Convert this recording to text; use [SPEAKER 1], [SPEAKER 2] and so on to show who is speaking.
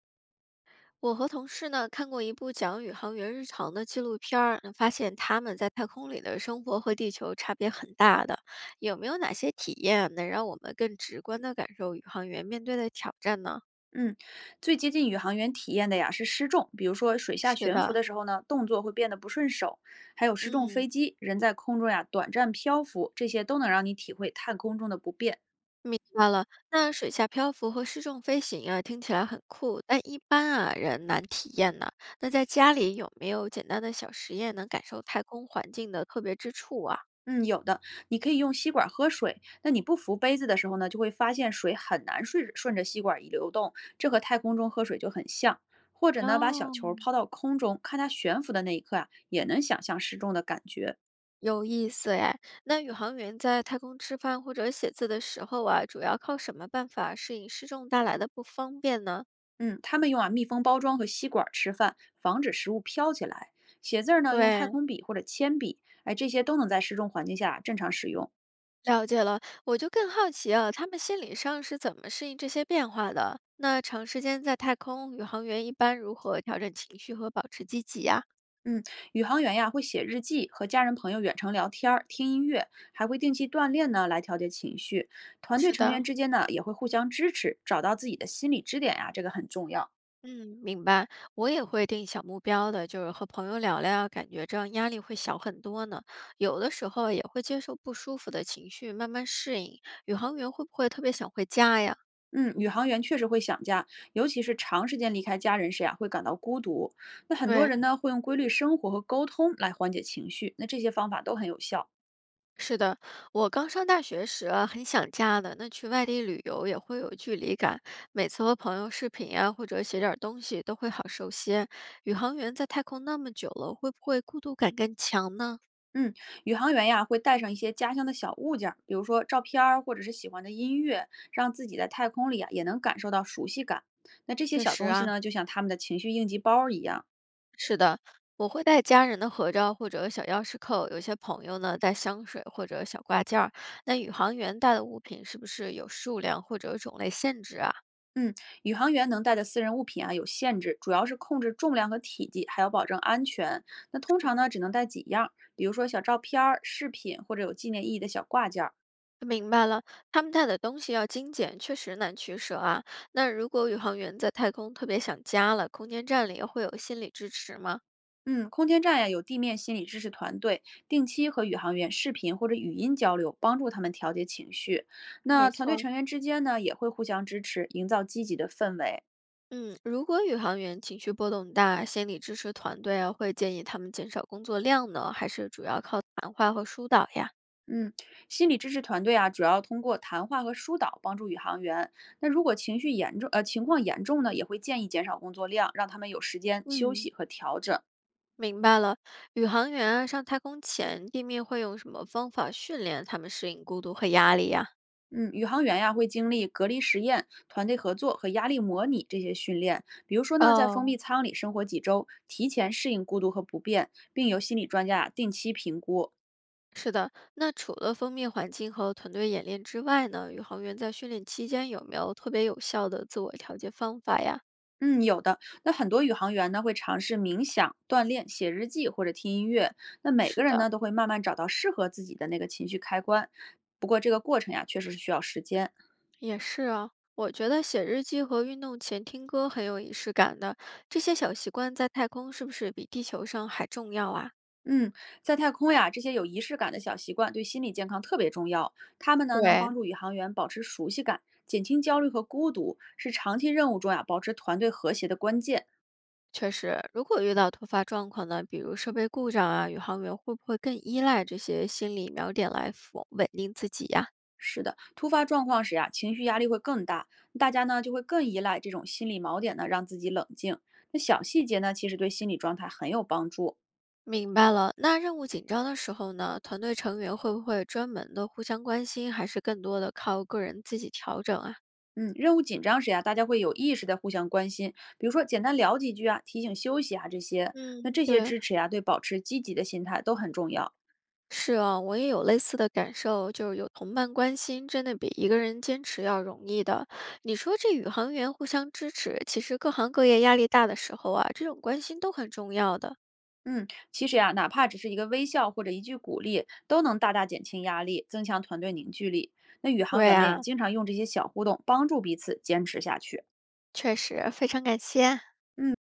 [SPEAKER 1] 我和同事呢看过一部讲宇航员日常的纪录片儿，发现他们在太空里的生活和地球差别很大的。有没有哪些体验能让我们更直观的感受宇航员面对的挑战呢？
[SPEAKER 2] 嗯，最接近宇航员体验的呀是失重，比如说水下
[SPEAKER 1] 是
[SPEAKER 2] 悬浮
[SPEAKER 1] 的，
[SPEAKER 2] 的时候呢，动作会变得不顺手，还有失重
[SPEAKER 1] 嗯，
[SPEAKER 2] 飞机，人在空中呀短暂漂浮，这些都能让你体会太空中的不便。
[SPEAKER 1] 明白了。那水下漂浮和失重飞行啊，听起来很酷，但一般啊人难体验呢。那在家里有没有简单的小实验能感受太空环境的特别之处啊？
[SPEAKER 2] 嗯，有的，你可以用吸管喝水，那你不扶杯子的时候呢，就会发现水很难顺着吸管一流动，这和太空中喝水就很像。或者呢，把小球
[SPEAKER 1] 哦。
[SPEAKER 2] 抛到空中，看它悬浮的那一刻啊，也能想象失重的感觉。
[SPEAKER 1] 有意思哎，那宇航员在太空吃饭或者写字的时候啊，主要靠什么办法适应失重带来的不方便呢？
[SPEAKER 2] 嗯，他们用啊密封包装和吸管吃饭，防止食物飘起来。写字儿呢，用太
[SPEAKER 1] 对，
[SPEAKER 2] 空笔或者铅笔，哎，这些都能在失重环境下正常使用。
[SPEAKER 1] 了解了，我就更好奇啊，他们心理上是怎么适应这些变化的？那长时间在太空，宇航员一般如何调整情绪和保持积极呀？
[SPEAKER 2] 嗯，宇航员呀会写日记，和家人朋友远程聊天儿、听音乐，还会定期锻炼呢，来调节情绪。团队
[SPEAKER 1] 是
[SPEAKER 2] 成
[SPEAKER 1] 的。
[SPEAKER 2] 员之间呢也会互相支持，找到自己的心理支点呀，这个很重要。
[SPEAKER 1] 嗯，明白。我也会定小目标的，就是和朋友聊聊，感觉这样压力会小很多呢。有的时候也会接受不舒服的情绪，慢慢适应。宇航员会不会特别想回家呀？
[SPEAKER 2] 嗯，宇航员确实会想家，尤其是长时间离开家人时呀、会感到孤独。那很多
[SPEAKER 1] 对，
[SPEAKER 2] 人呢，会用规律生活和沟通来缓解情绪，那这些方法都很有效。
[SPEAKER 1] 是的，我刚上大学时啊，很想家的。那去外地旅游也会有距离感，每次和朋友视频呀，或者写点儿东西，都会好受些。宇航员在太空那么久了，会不会孤独感更强呢？
[SPEAKER 2] 嗯，宇航员呀，会带上一些家乡的小物件儿，比如说照片儿或者是喜欢的音乐，让自己在太空里啊也能感受到熟悉感。那这些
[SPEAKER 1] 确
[SPEAKER 2] 小
[SPEAKER 1] 实
[SPEAKER 2] 东西
[SPEAKER 1] 啊，
[SPEAKER 2] 呢，就像他们的情绪应急包儿一样。
[SPEAKER 1] 是的，我会带家人的合照或者小钥匙扣，有些朋友呢带香水或者小挂件儿。那宇航员带的物品是不是有数量或者种类限制啊？
[SPEAKER 2] 嗯，宇航员能带的私人物品啊有限制，主要是控制重量和体积，还要保证安全。那通常呢，只能带几样，比如说小照片儿、饰品或者有纪念意义的小挂件儿。
[SPEAKER 1] 明白了，他们带的东西要精简，确实难取舍啊。那如果宇航员在太空特别想家了，空间站里会有心理支持吗？
[SPEAKER 2] 嗯，空间站呀有地面心理支持团队，定期和宇航员视频或者语音交流，帮助他们调节情绪。那
[SPEAKER 1] 没
[SPEAKER 2] 团队
[SPEAKER 1] 错，
[SPEAKER 2] 成员之间呢也会互相支持，营造积极的氛围。
[SPEAKER 1] 嗯，如果宇航员情绪波动大，心理支持团队啊会建议他们减少工作量呢，还是主要靠谈话和疏导呀？
[SPEAKER 2] 嗯，心理支持团队啊，主要通过谈话和疏导帮助宇航员。那如果情况严重呢，也会建议减少工作量，让他们有时间休
[SPEAKER 1] 嗯，
[SPEAKER 2] 息和调整。
[SPEAKER 1] 明白了，宇航员啊，上太空前，地面会用什么方法训练他们适应孤独和压力呀？
[SPEAKER 2] 嗯，宇航员呀会经历隔离实验、团队合作和压力模拟这些训练。比如说呢，在封闭
[SPEAKER 1] 哦，
[SPEAKER 2] 舱里生活几周，提前适应孤独和不便，并由心理专家啊定期评估。
[SPEAKER 1] 是的，那除了封闭环境和团队演练之外呢，宇航员在训练期间有没有特别有效的自我调节方法呀？
[SPEAKER 2] 嗯，有的。那很多宇航员呢会尝试冥想、锻炼、写日记或者听音乐。那每
[SPEAKER 1] 是
[SPEAKER 2] 个人
[SPEAKER 1] 的，
[SPEAKER 2] 呢都会慢慢找到适合自己的那个情绪开关。不过这个过程呀，确实是需要时间。
[SPEAKER 1] 也是啊，我觉得写日记和运动前听歌很有仪式感的，这些小习惯在太空是不是比地球上还重要啊？
[SPEAKER 2] 嗯，在太空呀，这些有仪式感的小习惯对心理健康特别重要。它们呢能
[SPEAKER 1] 对。
[SPEAKER 2] 帮助宇航员保持熟悉感，减轻焦虑和孤独，是长期任务中呀保持团队和谐的关键。
[SPEAKER 1] 确实，如果遇到突发状况呢，比如设备故障啊，宇航员会不会更依赖这些心理锚点来否稳定自己呀、
[SPEAKER 2] 是的，突发状况时呀、情绪压力会更大，大家呢就会更依赖这种心理锚点呢，让自己冷静。那小细节呢，其实对心理状态很有帮助。
[SPEAKER 1] 明白了，那任务紧张的时候呢，团队成员会不会专门的互相关心，还是更多的靠个人自己调整啊？
[SPEAKER 2] 嗯，任务紧张时呀、大家会有意识的互相关心，比如说简单聊几句啊，提醒休息啊这些。那
[SPEAKER 1] 嗯，
[SPEAKER 2] 这些
[SPEAKER 1] 对，
[SPEAKER 2] 支持呀、对保持积极的心态都很重要。
[SPEAKER 1] 是啊，我也有类似的感受，就是有同伴关心，真的比一个人坚持要容易的。你说这宇航员互相支持，其实各行各业压力大的时候啊，这种关心都很重要的。
[SPEAKER 2] 嗯，其实呀、哪怕只是一个微笑或者一句鼓励，都能大大减轻压力，增强团队凝聚力。那宇航
[SPEAKER 1] 对
[SPEAKER 2] 员们呀、
[SPEAKER 1] 呀、
[SPEAKER 2] 经常用这些小互动帮助彼此坚持下去。
[SPEAKER 1] 确实，非常感谢。
[SPEAKER 2] 嗯。